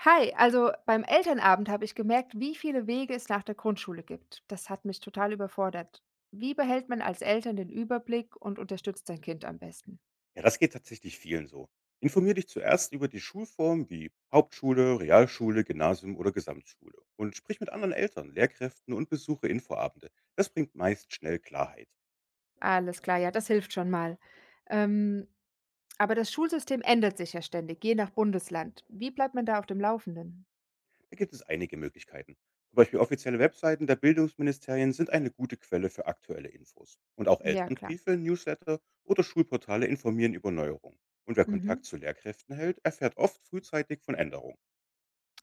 Hi, also beim Elternabend habe ich gemerkt, wie viele Wege es nach der Grundschule gibt. Das hat mich total überfordert. Wie behält man als Eltern den Überblick und unterstützt sein Kind am besten? Ja, das geht tatsächlich vielen so. Informier dich zuerst über die Schulform wie Hauptschule, Realschule, Gymnasium oder Gesamtschule und sprich mit anderen Eltern, Lehrkräften und besuche Infoabende. Das bringt meist schnell Klarheit. Alles klar, ja, das hilft schon mal. Ähm, aber das Schulsystem ändert sich ja ständig, je nach Bundesland. Wie bleibt man da auf dem Laufenden? Da gibt es einige Möglichkeiten. Zum Beispiel offizielle Webseiten der Bildungsministerien sind eine gute Quelle für aktuelle Infos. Und auch Ja, klar. Elternbriefe, Newsletter oder Schulportale informieren über Neuerungen. Und wer Kontakt Mhm. zu Lehrkräften hält, erfährt oft frühzeitig von Änderungen.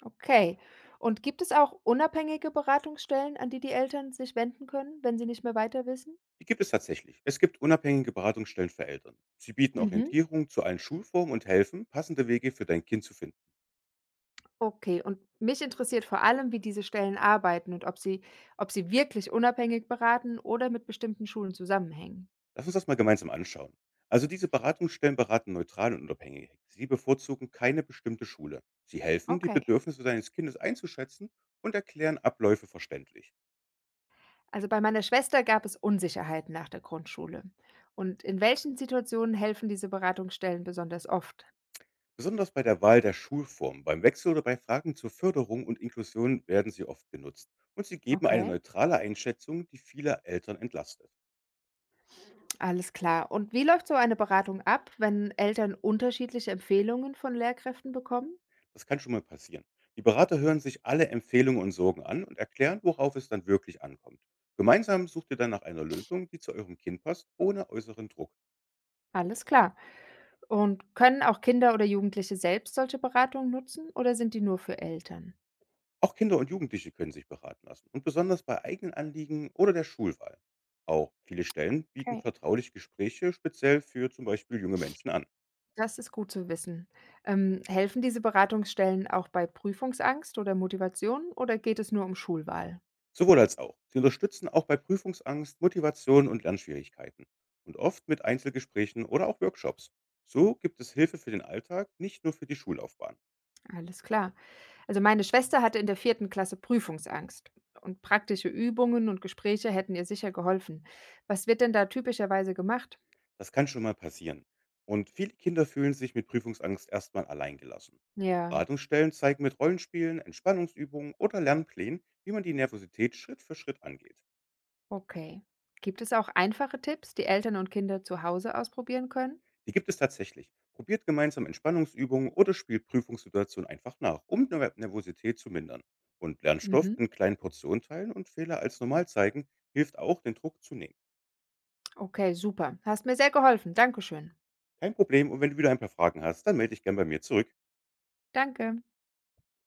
Okay. Und gibt es auch unabhängige Beratungsstellen, an die die Eltern sich wenden können, wenn sie nicht mehr weiter wissen? Die gibt es tatsächlich. Es gibt unabhängige Beratungsstellen für Eltern. Sie bieten Mhm. Orientierung zu allen Schulformen und helfen, passende Wege für dein Kind zu finden. Okay, und mich interessiert vor allem, wie diese Stellen arbeiten und ob sie wirklich unabhängig beraten oder mit bestimmten Schulen zusammenhängen. Lass uns das mal gemeinsam anschauen. Also diese Beratungsstellen beraten neutral und unabhängig. Sie bevorzugen keine bestimmte Schule. Sie helfen, die Okay. Bedürfnisse deines Kindes einzuschätzen und erklären Abläufe verständlich. Also bei meiner Schwester gab es Unsicherheiten nach der Grundschule. Und in welchen Situationen helfen diese Beratungsstellen besonders oft? Besonders bei der Wahl der Schulform, beim Wechsel oder bei Fragen zur Förderung und Inklusion werden sie oft genutzt. Und sie geben eine Okay, neutrale Einschätzung, die viele Eltern entlastet. alles klar. Und wie läuft so eine Beratung ab, wenn Eltern unterschiedliche Empfehlungen von Lehrkräften bekommen? Das kann schon mal passieren. Die Berater hören sich alle Empfehlungen und Sorgen an und erklären, worauf es dann wirklich ankommt. Gemeinsam sucht ihr dann nach einer Lösung, die zu eurem Kind passt, ohne äußeren Druck. Alles klar. Und können auch Kinder oder Jugendliche selbst solche Beratungen nutzen oder sind die nur für Eltern? Auch Kinder und Jugendliche können sich beraten lassen und besonders bei eigenen Anliegen oder der Schulwahl. Auch viele Stellen bieten Okay. vertrauliche Gespräche speziell für zum Beispiel junge Menschen an. Das ist gut zu wissen. Helfen diese Beratungsstellen auch bei Prüfungsangst oder Motivation oder geht es nur um Schulwahl? Sowohl als auch. Sie unterstützen auch bei Prüfungsangst, Motivation und Lernschwierigkeiten und oft mit Einzelgesprächen oder auch Workshops. So gibt es Hilfe für den Alltag, nicht nur für die Schullaufbahn. Alles klar. Also meine Schwester hatte in der vierten Klasse Prüfungsangst und praktische Übungen und Gespräche hätten ihr sicher geholfen. Was wird denn da typischerweise gemacht? Das kann schon mal passieren. Und viele Kinder fühlen sich mit Prüfungsangst erstmal alleingelassen. Ja, Beratungsstellen zeigen mit Rollenspielen, Entspannungsübungen oder Lernplänen, wie man die Nervosität Schritt für Schritt angeht. okay. Gibt es auch einfache Tipps, die Eltern und Kinder zu Hause ausprobieren können? Die gibt es tatsächlich. Probiert gemeinsam Entspannungsübungen oder spielt Prüfungssituationen einfach nach, um Nervosität zu mindern. Und Lernstoff Mhm. in kleinen Portionen teilen und Fehler als normal zeigen, hilft auch, den Druck zu nehmen. Okay, super. Hast mir sehr geholfen. Dankeschön. Kein Problem, und wenn du wieder ein paar Fragen hast, dann melde dich gern bei mir zurück. Danke.